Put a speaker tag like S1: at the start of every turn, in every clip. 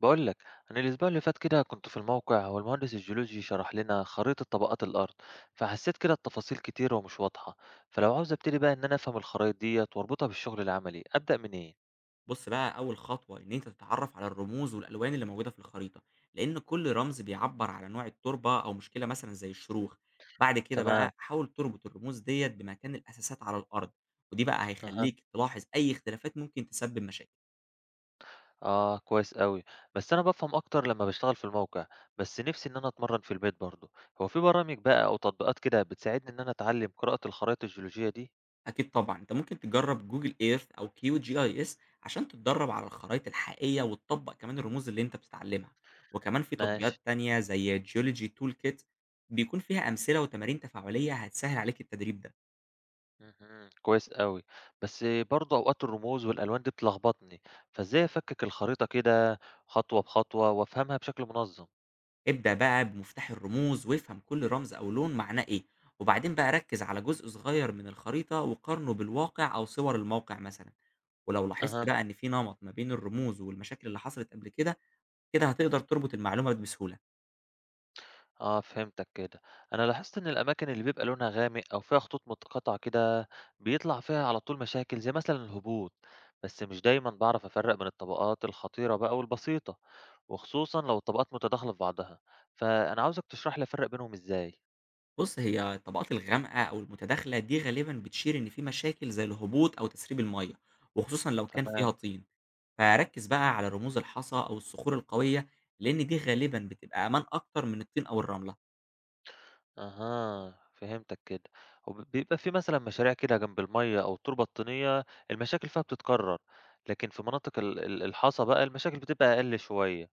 S1: بقول لك، أنا الأسبوع اللي فات كده كنت في الموقع والمهندس الجيولوجي شرح لنا خريطة طبقات الأرض، فحسيت كده التفاصيل كتيرة ومش واضحة. فلو عاوز أبتدي بقى إن أنا أفهم الخرايط ديت وأربطها بالشغل العملي، أبدأ منين؟
S2: بُص بقى، أول خطوة إن أنت تتعرّف على الرموز والألوان اللي موجودة في الخريطة، لإن كل رمز بيعبّر على نوع التربة أو مشكلة مثلًا زي الشروخ، بعد كده
S1: تمام.
S2: بقى حاول تربط الرموز ديّة بمكان الأساسات على الأرض، ودي بقى
S1: أها.
S2: هيخلّيك تلاحظ أي اختلافات ممكن تسبب مشاكل.
S1: آه كويس أوي، بس أنا بفهم أكتر لما بشتغل في الموقع، بس نفسي إن أنا أتمرن في البيت برضه. هو في برامج بقى أو تطبيقات كده بتساعدني إن أنا أتعلم قراءة الخرائط الجيولوجية دي؟
S2: أكيد طبعًا، أنت ممكن تجرّب Google Earth أو QGIS عشان تتدرّب على الخرايط الحقيقية وتطبّق كمان الرموز اللي أنت بتتعلمها، وكمان في
S1: ماشي.
S2: تطبيقات تانية زي Geology Toolkit بيكون فيها أمثلة وتمارين تفاعلية هتسهّل عليك التدريب ده.
S1: اهم، كويس أوي، بس برضه أوقات الرموز والألوان دي بتلخبطني، فإزاي أفكك الخريطة كده خطوة بخطوة وأفهمها بشكل منظم؟
S2: ابدأ بقى بمفتاح الرموز وافهم كل رمز أو لون معناه إيه، وبعدين بقى ركز على جزء صغير من الخريطة وقارنه بالواقع أو صور الموقع مثلا، ولو لاحظت
S1: أها.
S2: بقى إن في نمط ما بين الرموز والمشاكل اللي حصلت قبل كده، كده هتقدر تربط المعلومة بسهولة.
S1: آه فهمتك كده. أنا لاحظت إن الأماكن اللي بيبقى لونها غامق أو فيها خطوط متقاطعة كده بيطلع فيها على طول مشاكل زي مثلًا الهبوط، بس مش دايمًا بعرف أفرق بين الطبقات الخطيرة بقى والبسيطة، وخصوصًا لو الطبقات متداخلة في بعضها، فأنا عاوزك تشرح لي أفرق بينهم إزاي؟
S2: بص، هي الطبقات الغامقة أو المتداخلة دي غالبا بتشير إن في مشاكل زي الهبوط أو تسريب المية، وخصوصا لو كان
S1: تمام.
S2: فيها طين. فركز بقى على رموز الحصى أو الصخور القوية، لأن دي غالبا بتبقى أمان أكتر من الطين أو الرملة.
S1: أها، فهمتك كده. وبيبقى في مثلًا مشاريع كده جنب المَيّة أو تربة طينية، المشاكل فيها بتتكرر، لكن في مناطق ال الحصى بقى المشاكل بتبقى أقل شوية.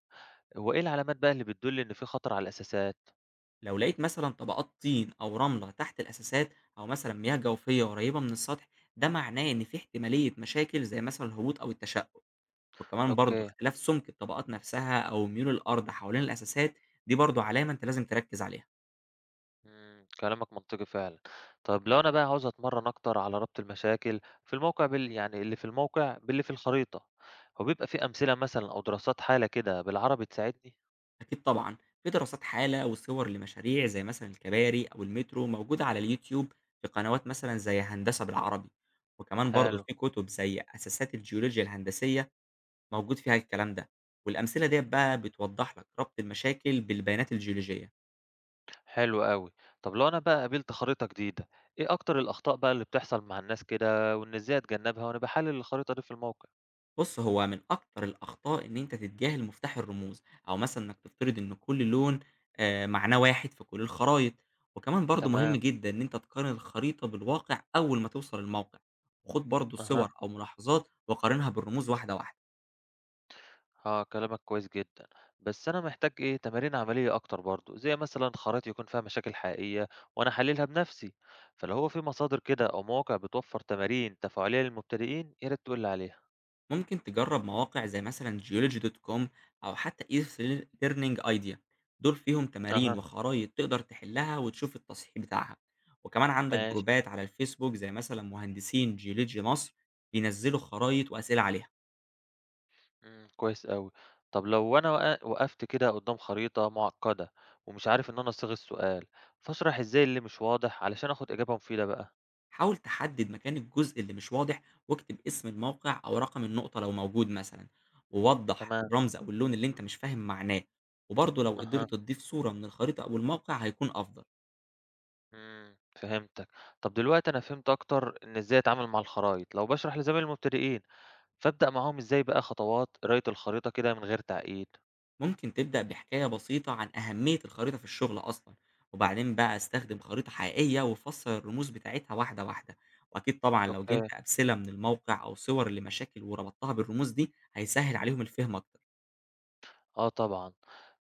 S1: هو إيه العلامات بقى اللي بتدل إن في خطر على الأساسات؟
S2: لو لقيت مثلا طبقات طين أو رملة تحت الأساسات، أو مثلا مياه جوفية قريبة من السطح، ده معناه إن في احتمالية مشاكل زي مثلا الهبوط أو التشقق، وكمان برضه
S1: أوكي.
S2: اختلاف سمك الطبقات نفسها أو ميول الأرض حوالين الأساسات. دي برضه علامة أنت لازم تركز عليها.
S1: إمم، كلامك منطقي فعلًا. طب لو أنا بقى عاوز أتمرن أكتر على ربط المشاكل في الموقع بال يعني اللي في الموقع باللي في الخريطة، هو بيبقى في أمثلة مثلًا أو دراسات حالة كده بالعربي تساعدني؟
S2: أكيد طبعا، في دراسات حالة وصور لمشاريع زي مثلا الكباري أو المترو موجودة على اليوتيوب، في قنوات مثلا زي هندسة بالعربي، وكمان برضه
S1: حلو.
S2: في كتب زي أساسات الجيولوجيا الهندسية موجود فيها الكلام ده، والأمثلة ديّة بقى بتوضّح لك ربط المشاكل بالبيانات الجيولوجية.
S1: حلو أوي. طب لو أنا بقى قابلت خريطة جديدة، إيه أكتر الأخطاء بقى اللي بتحصل مع الناس كده وإن إزاي أتجنبها وأنا باحلل الخريطة دي في الموقع؟
S2: بُص، هو من أكتر الأخطاء إن أنت تتجاهل مفتاح الرموز، أو مثلًا إنك تفترض إن كل لون معناه واحد في كل الخرايط، وكمان برضه مهم
S1: تمام.
S2: جدًا إن أنت تقارن الخريطة بالواقع أول ما توصل الموقع، وخُد برضه
S1: أها.
S2: صور أو ملاحظات وقارنها بالرموز واحدة واحدة.
S1: آه كلامك كويس جدًا، بس أنا محتاج إيه تمارين عملية أكتر برضه، زي مثلًا خرائط يكون فيها مشاكل حقيقية وأنا أحللها بنفسي، فلو هو في مصادر كده أو مواقع بتوفر تمارين تفاعلية للمبتدئين، يا ريت تقول لي عليها.
S2: ممكن تجرب مواقع زي مثلا geology دوت كوم، أو حتى Earth Learning Idea، دول فيهم تمارين
S1: أها.
S2: وخرايط تقدر تحلها وتشوف التصحيح بتاعها. وكمان عندك
S1: ماشي.
S2: جروبات على الفيسبوك زي مثلا مهندسين جيولوجي مصر بينزلوا خرايط وأسئلة عليها.
S1: إمم، كويس أوي. طب لو أنا وقفت كده قدّام خريطة معقدة ومش عارف إن أنا أصيغ السؤال، فاشرح إزاي اللي مش واضح علشان آخد إجابة مفيدة بقى؟
S2: حاول تحدد مكان الجزء اللي مش واضح، واكتب اسم الموقع أو رقم النقطة لو موجود مثلا، ووضح
S1: تمام.
S2: الرمز أو اللون اللي أنت مش فاهم معناه، وبرضه لو قدرت
S1: أها.
S2: تضيف صورة من الخريطة أو الموقع هيكون أفضل.
S1: إمم، فهمتك. طب دلوقتي أنا فهمت أكتر إن إزاي أتعامل مع الخرايط، لو باشرح لزمايلي المبتدئين، فأبدأ معاهم إزاي بقى خطوات قراية الخريطة كده من غير تعقيد؟
S2: ممكن تبدأ بحكاية بسيطة عن أهمية الخريطة في الشغل أصلا، وبعدين بقى استخدم خريطة حقيقية وفسر الرموز بتاعتها واحدة واحدة، وأكيد طبعا لو
S1: أوكي.
S2: جبت أمثلة من الموقع أو صور لمشاكل وربطتها بالرموز دي هيسهل عليهم الفهم أكتر.
S1: آه طبعًا.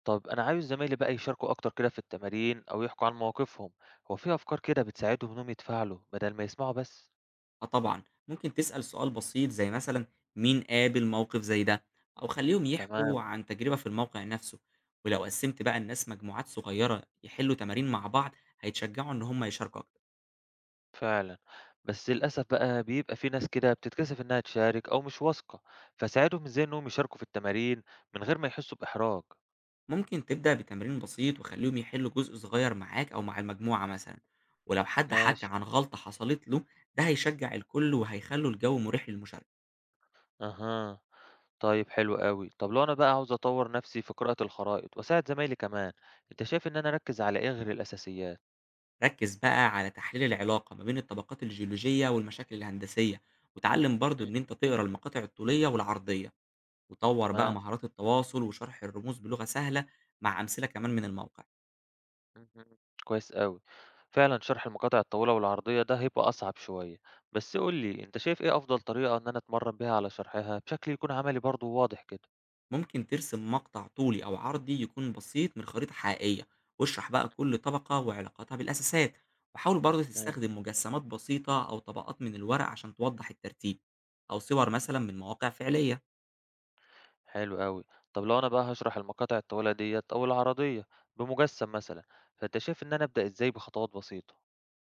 S1: طب أنا عاوز زمايلي بقى يشاركوا أكتر كده في التمارين أو يحكوا عن مواقفهم، هو في أفكار كده بتساعدهم إنهم يتفاعلوا بدل ما يسمعوا بس؟
S2: آه طبعا، ممكن تسأل سؤال بسيط زي مثلا مين قابل موقف زي ده، أو خليهم
S1: تمام.
S2: يحكوا عن تجربة في الموقع نفسه، ولو قسمت بقى الناس مجموعات صغيرة يحلوا تمارين مع بعض هيتشجعوا إن هم يشاركوا أكتر.
S1: فعلًا، بس للأسف بقى بيبقى في ناس كده بتتكسف إنها تشارك أو مش واثقة، فساعدهم إزاي إنهم يشاركوا في التمارين من غير ما يحسوا بإحراج؟
S2: ممكن تبدأ بتمرين بسيط وخليهم يحلوا جزء صغير معاك أو مع المجموعة مثلا، ولو حد حكى
S1: ماشي.
S2: عن غلطة حصلت له، ده هيشجع الكل وهيخلوا الجو مريح للمشاركة.
S1: أها. طيب حلو أوي. طب لو أنا بقى عاوز أطور نفسي في قراءة الخرائط وأساعد زمايلي كمان، أنت شايف إن أنا أركز على إيه غير الأساسيات؟
S2: ركز بقى على تحليل العلاقة ما بين الطبقات الجيولوجية والمشاكل الهندسية، وتعلم برضو
S1: إمم.
S2: إن أنت تقرأ المقاطع الطولية والعرضية، وطور بقى
S1: تمام.
S2: مهارات التواصل وشرح الرموز بلغة سهلة، مع أمثلة كمان من الموقع.
S1: اهم، كويس أوي، فعلًا شرح المقاطع الطويلة والعرضية ده هيبقى أصعب شوية، بس قُل لي أنت شايف إيه أفضل طريقة إن أنا أتمرن بيها على شرحها بشكل يكون عملي برضه وواضح كده؟
S2: ممكن ترسم مقطع طولي أو عرضي يكون بسيط من خريطة حقيقية، واشرح بقى كل طبقة وعلاقتها بالأساسات، وحاول برضه تستخدم مجسمات بسيطة أو طبقات من الورق عشان توضح الترتيب، أو صور مثلا من مواقع فعلية.
S1: حلو أوي. طب لو أنا بقى هاشرح المقاطع الطويلة ديّة أو العرضية بمجسم مثلًا، فأنت شايف إن أنا أبدأ إزاي بخطوات بسيطة؟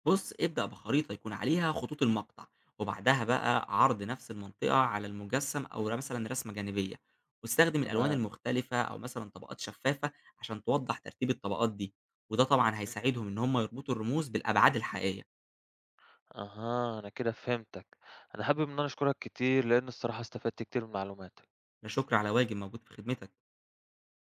S2: بص، ابدأ بخريطة يكون عليها خطوط المقطع، وبعدها بقى عرض نفس المنطقة على المجسم أو مثلا رسمة جانبية، واستخدم الألوان
S1: تمام.
S2: المختلفة أو مثلا طبقات شفافة عشان توضح ترتيب الطبقات دي، وده طبعا
S1: اهم.
S2: هيساعدهم إن هم يربطوا الرموز بالأبعاد الحقيقية.
S1: أها، أنا كده فهمتك. أنا حابب إن أنا أشكرك كتير لإن الصراحة استفدت كتير من معلوماتك.
S2: لا شكر على واجب، موجود في خدمتك.